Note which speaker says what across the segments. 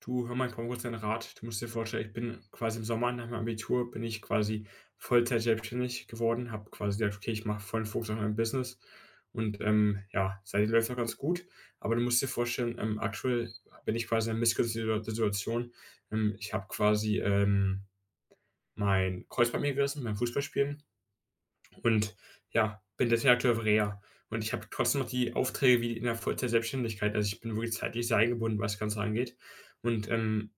Speaker 1: Du, hör mal, ich brauche kurz deinen Rat. Du musst dir vorstellen, ich bin quasi im Sommer nach meinem Abitur bin ich quasi Vollzeit selbstständig geworden, habe quasi gesagt, okay, ich mache vollen Fokus auf mein Business und ja, seitdem läuft es auch ganz gut. Aber du musst dir vorstellen, aktuell bin ich quasi in einer missgeschickten Situation. Ich habe quasi mein Kreuzband mir gerissen beim Fußballspielen und ja, bin deswegen aktuell auf Reha. Und ich habe trotzdem noch die Aufträge wie in der Vollzeit Selbstständigkeit. Also ich bin wirklich zeitlich sehr eingebunden, was das Ganze angeht. Und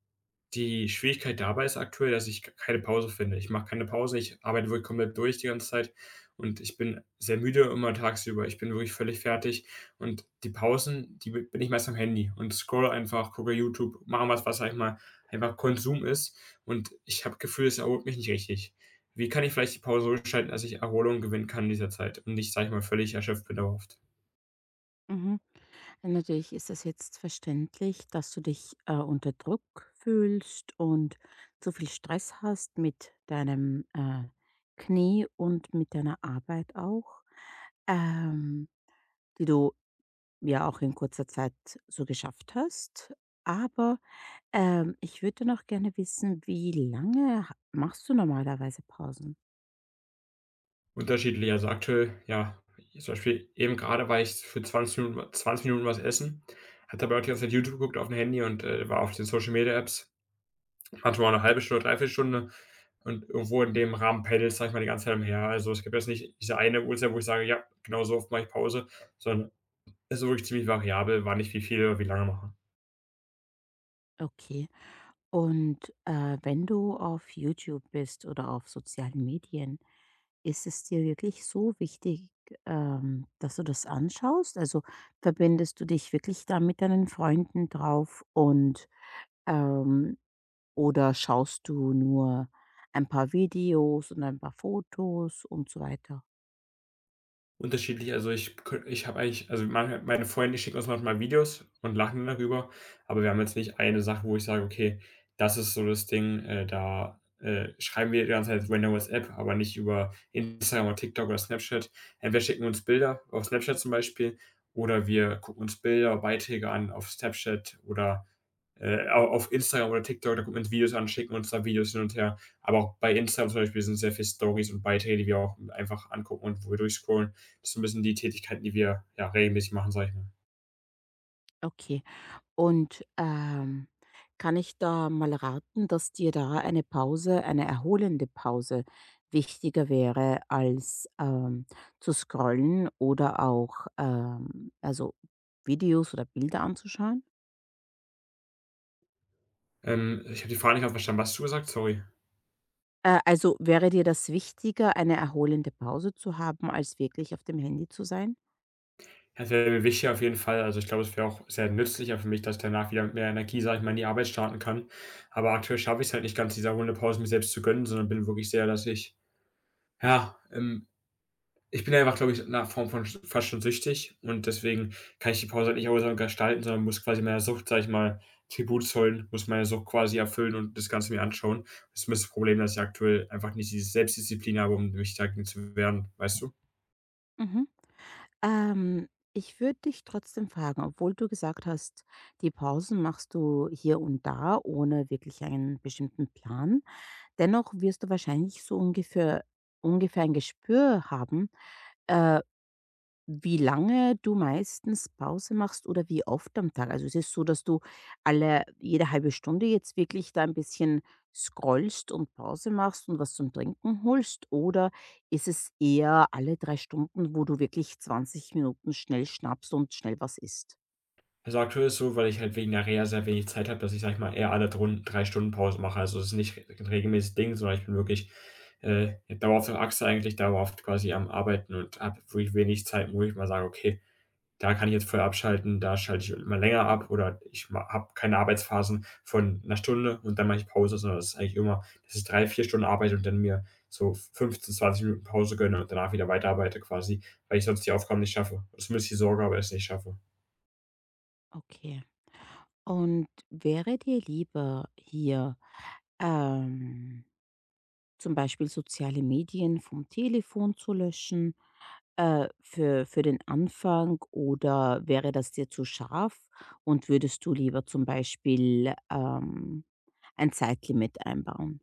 Speaker 1: die Schwierigkeit dabei ist aktuell, dass ich k keine Pause finde. Ich mache keine Pause, ich arbeite wirklich komplett durch die ganze Zeit und ich bin sehr müde immer tagsüber. Ich bin wirklich völlig fertig und die Pausen, die b bin ich meist am Handy und scroll einfach, gucke YouTube, mache was, sage ich mal, einfach Konsum ist und ich habe Gefühl, es erholt mich nicht richtig. Wie kann ich vielleicht die Pause so gestalten, dass ich Erholung gewinnen kann in dieser Zeit und nicht, sage ich mal, völlig erschöpft bin dauerhaft?
Speaker 2: Mhm. Natürlich ist es jetzt verständlich, dass du dich unter Druck fühlst und zu viel Stress hast mit deinem Knie und mit deiner Arbeit auch, ähm, die du ja auch in kurzer Zeit so geschafft hast. Aber ich würde noch gerne wissen, wie lange machst du normalerweise Pausen?
Speaker 1: Unterschiedlich, also aktuell, ja, zum Beispiel eben gerade war ich für zwanzig Minuten was essen, habe dabei auch die ganze Zeit YouTube geguckt auf dem Handy und, war auf den Social Media Apps, manchmal auch eine halbe Stunde, dreiviertel Stunde und irgendwo in dem Rahmen pendelt, sage ich mal, die ganze Zeit umher. Also, es gibt jetzt nicht diese eine Uhrzeit, wo ich sage: „Ja, genau so oft mache ich Pause“, sondern es ist wirklich ziemlich variabel, wann ich wie viel oder wie lange mache.
Speaker 2: Okay. Und, wenn du auf YouTube bist oder auf sozialen Medien, ist es dir wirklich so wichtig, dass du das anschaust? Also, verbindest du dich wirklich da mit deinen Freunden drauf und, ähm oder schaust du nur ein paar Videos und ein paar Fotos und so weiter?
Speaker 1: Unterschiedlich, also ich habe eigentlich, also meine Freunde schicken uns manchmal Videos und lachen darüber, aber wir haben jetzt nicht eine Sache, wo ich sage: „Okay, das ist so das Ding, da, schreiben wir die ganze Zeit über 'ne WhatsApp, aber nicht über Instagram oder TikTok oder Snapchat.“ Entweder schicken wir uns Bilder auf Snapchat zum Beispiel oder wir gucken uns Bilder, Beiträge an auf Snapchat oder auf Instagram oder TikTok, da gucken wir uns Videos an, schicken uns da Videos hin und her. Aber auch bei Instagram zum Beispiel sind sehr viele Stories und Beiträge, die wir auch einfach angucken und wo wir durchscrollen. Das sind so ein bisschen die Tätigkeiten, die wir, ja, regelmäßig machen, sage ich mal.
Speaker 2: Okay. Und, kann ich da mal raten, dass dir da eine Pause, eine erholende Pause wichtiger wäre als, zu scrollen oder auch, also, Videos oder Bilder anzuschauen?
Speaker 1: Ich habe die Frage nicht ganz verstanden. Was hast du gesagt? Sorry.
Speaker 2: Also, wäre dir das wichtiger, eine erholende Pause zu haben, als wirklich auf dem Handy zu sein?
Speaker 1: Ja, das wäre mir wichtig auf jeden Fall. Also, ich glaube, es wäre auch sehr nützlicher für mich, dass ich danach wieder mit mehr Energie, sage ich mal, in die Arbeit starten kann. Aber aktuell schaffe ich es halt nicht ganz, diese erholende Pause mir selbst zu gönnen, sondern bin wirklich sehr, dass ich, ja. Ich bin einfach, glaube ich, in 'ner Form von sch fast schon süchtig und deswegen kann ich die Pause halt nicht erholsam gestalten, sondern muss quasi meiner Sucht, sage ich mal, Tribut zollen, muss meine Sucht quasi erfüllen und das Ganze mir anschauen. Das ist 'n bisschen das Problem, dass ich aktuell einfach nicht diese Selbstdisziplin habe, um mich dagegen zu wehren, weißt du?
Speaker 2: Mhm. Ähm, ich würde dich trotzdem fragen, obwohl du gesagt hast, die Pausen machst du hier und da ohne wirklich einen bestimmten Plan. Dennoch wirst du wahrscheinlich so ungefähr ein Gespür haben, äh, wie lange du meistens Pause machst oder wie oft am Tag. Also es ist so, dass du alle jede halbe Stunde jetzt wirklich da ein bisschen scrollst und Pause machst und was zum Trinken holst? Oder ist es eher alle 3 Stunden, wo du wirklich 20 Minuten schnell schnappst und schnell was isst?
Speaker 1: Also, aktuell ist es so, weil ich halt wegen der Reha sehr wenig Zeit habe, dass ich, sage ich mal, eher alle drun 3 Stunden Pause mache. Also, es ist nicht re ein regelmäßiges Ding, sondern ich bin wirklich, dauerhaft auf der Achse eigentlich, dauerhaft quasi am Arbeiten und habe wirklich wenig Zeit, wo ich mal sage: „Okay, da kann ich jetzt vorher abschalten, da schalte ich immer länger ab oder ich habe keine Arbeitsphasen von einer Stunde und dann mache ich Pause, sondern das ist eigentlich immer, dass ich 3, 4 Stunden arbeite und dann mir so 15, 20 Minuten Pause gönne und danach wieder weiterarbeite quasi, weil ich sonst die Aufgaben nicht schaffe. Zumindest die Sorge habe, es nicht schaffe.
Speaker 2: Okay. Und wäre dir lieber hier, ähm zum Beispiel soziale Medien vom Telefon zu löschen für den Anfang oder wäre das dir zu scharf und würdest du lieber zum Beispiel ein Zeitlimit einbauen?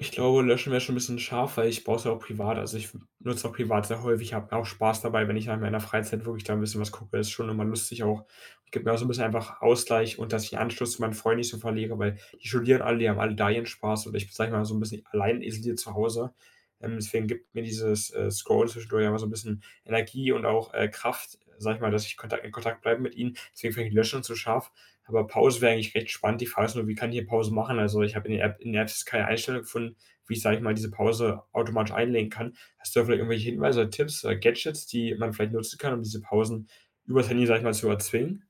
Speaker 1: Ich glaube, löschen wäre schon ein bisschen scharf, weil ich brauche es ja auch privat. Also, ich w nutze auch privat sehr häufig, habe auch Spaß dabei, wenn ich in meiner Freizeit wirklich da ein bisschen was gucke. Das ist schon immer lustig auch. Gibt mir auch so ein bisschen einfach Ausgleich und dass ich den Anschluss zu meinen Freunden nicht so verliere, weil die studieren alle, die haben alle da ihren Spaß und ich, sage ich mal, so ein bisschen allein isoliert zu Hause. Deswegen gibt mir dieses, Scrollen zwischendurch einfach so ein bisschen Energie und auch, Kraft, sage ich mal, dass ich Kontakt in Kontakt bleibe mit ihnen. Deswegen finde ich Löschen zu scharf. Aber Pause wäre eigentlich recht spannend. Die Frage ist nur, wie kann ich hier Pause machen? Also ich habe in der App keine Einstellung gefunden, wie ich, sage ich mal, diese Pause automatisch einlegen kann. Hast du da vielleicht irgendwelche Hinweise, Tipps, Gadgets, die man vielleicht nutzen kann, um diese Pausen übers Handy, sage ich mal, zu erzwingen?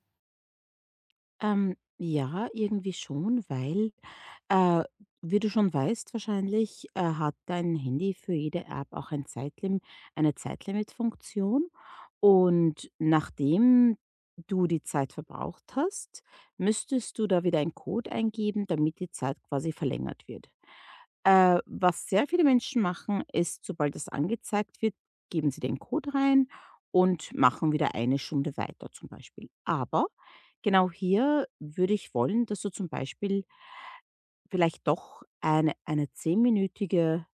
Speaker 2: Ja, irgendwie schon, weil, äh, wie du schon weißt wahrscheinlich, hat dein Handy für jede App auch eine Zeitlimit-Funktion. Und nachdem du die Zeit verbraucht hast, müsstest du da wieder einen Code eingeben, damit die Zeit quasi verlängert wird. Was sehr viele Menschen machen, ist, sobald das angezeigt wird, geben sie den Code rein und machen wieder eine Stunde weiter zum Beispiel. Aber genau hier würde ich wollen, dass du zum Beispiel vielleicht doch eine zehnminütige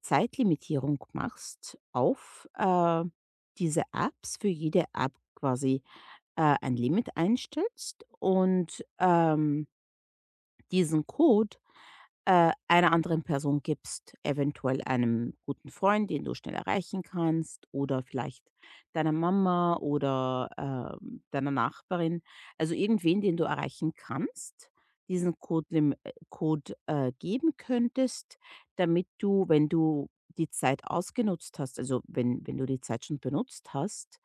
Speaker 2: Zeitlimitierung machst auf diese Apps, für jede App quasi ein Limit einstellst und diesen Code einer anderen Person gibst, eventuell einem guten Freund, den du schnell erreichen kannst oder vielleicht deiner Mama oder, deiner Nachbarin. Also, irgendwen, den du erreichen kannst, diesen Code lim Code, geben könntest, damit du, wenn du die Zeit ausgenutzt hast wenn du die Zeit schon benutzt hast,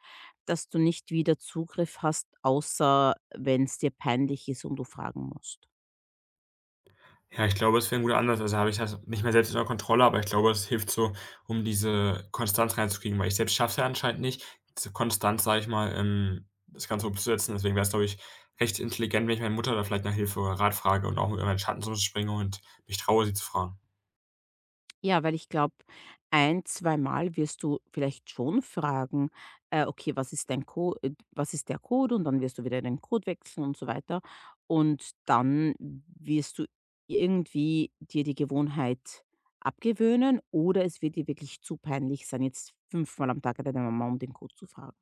Speaker 2: dass du nicht wieder Zugriff hast, außer wenn es dir peinlich ist und du fragen musst.
Speaker 1: Ja, ich glaube, es wäre ein guter Ansatz. Also, habe ich das nicht mehr selbst in der Kontrolle, aber ich glaube, es hilft so, um diese Konstanz reinzukriegen, weil ich selbst schaffe es ja anscheinend nicht, diese Konstanz, sage ich mal, das Ganze umzusetzen. Deswegen wäre es, glaube ich, recht intelligent, wenn ich meine Mutter da vielleicht nach Hilfe oder Rat frage und auch über meinen Schatten so springe und mich traue, sie zu fragen.
Speaker 2: Ja, weil ich glaube, ein zweimal wirst du vielleicht schon fragen: Okay, was ist der Code?" Und dann wirst du wieder den Code wechseln und so weiter. Und dann wirst du irgendwie dir die Gewohnheit abgewöhnen oder es wird dir wirklich zu peinlich sein, jetzt fünfmal am Tag deine Mama um den Code zu fragen.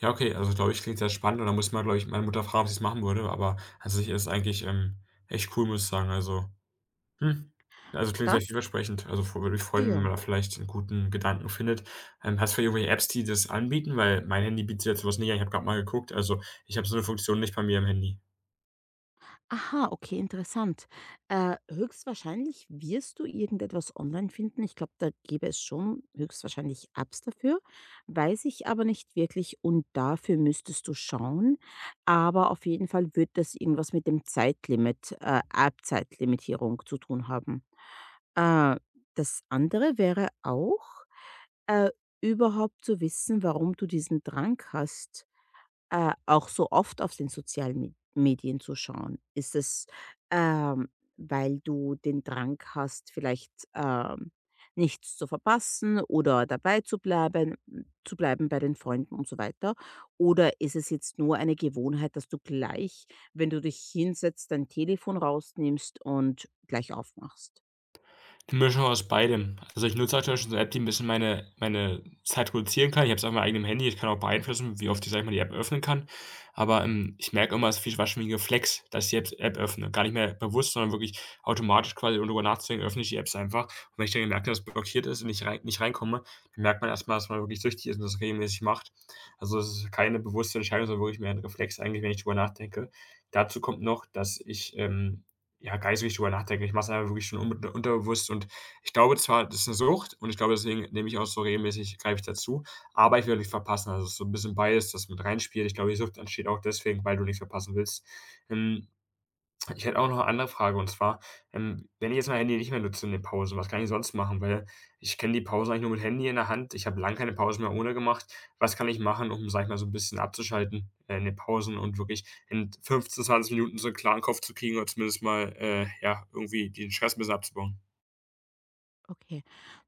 Speaker 1: Ja, okay, also, glaube ich, klingt sehr spannend und da muss man, glaube ich, meine Mutter fragen, ob sie es machen würde, aber an sich ist es eigentlich, echt cool, muss ich sagen. Also, mhm. Also, klingt sehr
Speaker 2: Das
Speaker 1: vielversprechend. Also, f würde mich freuen, wenn
Speaker 2: ja.
Speaker 1: man da vielleicht einen guten Gedanken findet. Hast du irgendwelche Apps, die das anbieten? Weil mein Handy bietet jetzt so was nicht an. Ich habe gerade mal geguckt. Also, ich habe so eine Funktion nicht bei mir im Handy.
Speaker 2: Aha, okay, interessant. Höchstwahrscheinlich wirst du irgendetwas online finden. Ich glaube, da gäbe es schon höchstwahrscheinlich Apps dafür, weiß ich aber nicht wirklich und dafür müsstest du schauen. Aber auf jeden Fall wird das irgendwas mit dem Zeitlimit, App-Zeitlimitierung zu tun haben. Äh, Das andere wäre auch, äh, überhaupt zu wissen, warum du diesen Drang hast auch so oft auf den sozialen Me Medien zu schauen? Ist es, ähm, weil du den Drang hast, vielleicht, nichts zu verpassen oder dabei zu bleiben bei den Freunden und so weiter? Oder ist es jetzt nur eine Gewohnheit, dass du gleich, wenn du dich hinsetzt, dein Telefon rausnimmst und gleich aufmachst?
Speaker 1: Eine Mischung aus beidem. Also, ich nutze aktuell schon so 'ne App, die 'n bisschen meine Zeit reduzieren kann. Ich habe es auf meinem eigenen Handy. Ich kann auch beeinflussen, wie oft ich, sage ich mal, die App öffnen kann. Aber, ich merke immer, es ist viel war schon wie 'n Reflex, dass ich die App öffne. Gar nicht mehr bewusst, sondern wirklich automatisch quasi, ohne drüber nachzudenken, öffne ich die Apps einfach. Und wenn ich dann merke, dass blockiert ist und ich rein nicht reinkomme, dann merkt man erst mal, dass man wirklich süchtig ist und das regelmäßig macht. Also, es ist keine bewusste Entscheidung, sondern wirklich mehr 'n Reflex eigentlich, wenn ich drüber nachdenke. Dazu kommt noch, dass ich, ja, gar nicht so richtig drüber nachdenken. Ich mache es einfach wirklich schon un unterbewusst und ich glaube zwar, das ist 'ne Sucht und ich glaube, deswegen nehme ich auch so regelmäßig greife ich dazu, aber ich will nicht verpassen. Also, es ist so ein bisschen Bias, das mit reinspielt. Ich glaube, die Sucht entsteht auch deswegen, weil du nicht verpassen willst. Ähm ich hätte auch noch eine andere Frage und zwar, wenn ich jetzt mein Handy nicht mehr nutze in den Pausen, was kann ich sonst machen? Weil ich kenne die Pausen eigentlich nur mit Handy in der Hand. Ich habe lange keine Pausen mehr ohne gemacht. Was kann ich machen, um, sage ich mal, so ein bisschen abzuschalten, in den Pausen und wirklich in 15, 20 Minuten so einen klaren Kopf zu kriegen oder zumindest mal, ja, irgendwie den Stress ein bisschen abzubauen?
Speaker 2: Okay.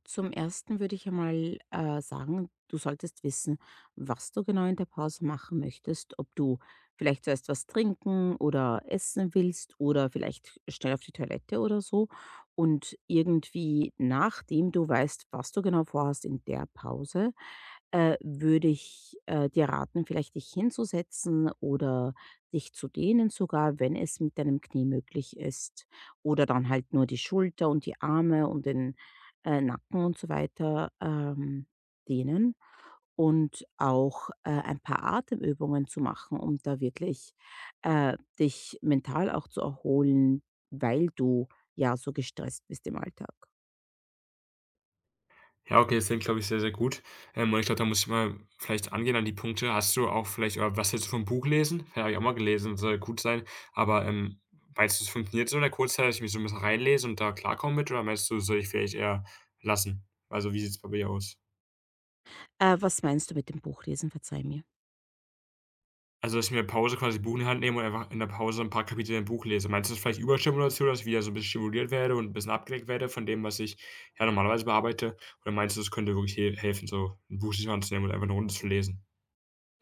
Speaker 2: Zum Ersten würde ich einmal sagen, du solltest wissen, was du genau in der Pause machen möchtest, ob du vielleicht zuerst was trinken oder essen willst oder vielleicht schnell auf die Toilette oder so. Und irgendwie, nachdem du weißt, was du genau vorhast in der Pause, würde ich dir raten, vielleicht dich hinzusetzen oder dich zu dehnen sogar, wenn es mit deinem Knie möglich ist. Oder dann halt nur die Schulter und die Arme und den, Nacken und so weiter, dehnen. Und auch, ein paar Atemübungen zu machen, um da wirklich, dich mental auch zu erholen, weil du ja so gestresst bist im Alltag.
Speaker 1: Ja, okay, das klingt, glaube ich, sehr, sehr gut. Und ich glaube, da muss ich mal vielleicht angehen an die Punkte. Hast du auch vielleicht oder was hältst du vom Buch lesen? Ja, habe ich auch mal gelesen, soll gut sein. Aber, meinst du, es funktioniert so in der Kurzzeit, dass ich mich so ein bisschen reinlese und da klarkomme mit oder meinst du, soll ich vielleicht eher lassen? Also, wie sieht's bei dir aus?
Speaker 2: Was meinst du mit dem Buchlesen? Verzeih mir.
Speaker 1: Also, dass ich mir Pause quasi Buch in die Hand nehme und einfach in der Pause ein paar Kapitel im Buch lese. Meinst du das vielleicht Überstimulation, dass ich wieder so ein bisschen stimuliert werde und ein bisschen abgelenkt werde von dem, was ich, ja, normalerweise bearbeite? Oder meinst du, es könnte wirklich he helfen, so ein Buch sich mal anzunehmen und einfach eine Runde zu lesen?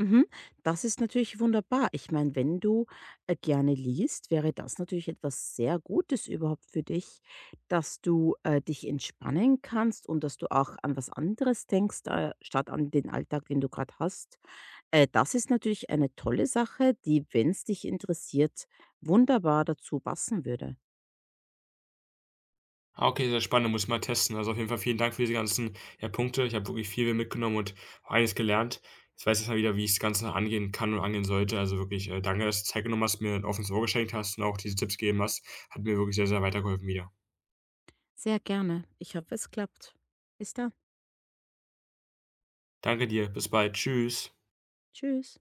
Speaker 2: Mhm. Das ist natürlich wunderbar. Ich meine, wenn du, gerne liest, wäre das natürlich etwas sehr Gutes überhaupt für dich, dass du, dich entspannen kannst und dass du auch an was anderes denkst, statt an den Alltag, den du gerade hast. Das ist natürlich eine tolle Sache, die, wenn es dich interessiert, wunderbar dazu passen würde.
Speaker 1: Ah, okay, sehr spannend, muss ich mal testen. Also, auf jeden Fall vielen Dank für diese ganzen, ja, Punkte. Ich habe wirklich viel mitgenommen und eines gelernt. Jetzt weiß ich mal wieder, wie ich das Ganze angehen kann und angehen sollte. Also, wirklich, danke, dass du Zeit genommen hast, mir 'n offenes Ohr geschenkt hast und auch diese Tipps gegeben hast. Hat mir wirklich sehr, sehr weitergeholfen wieder.
Speaker 2: Sehr gerne. Ich hoffe, es klappt. Bis dann.
Speaker 1: Danke dir, bis bald. Tschüss.
Speaker 2: Tschüss.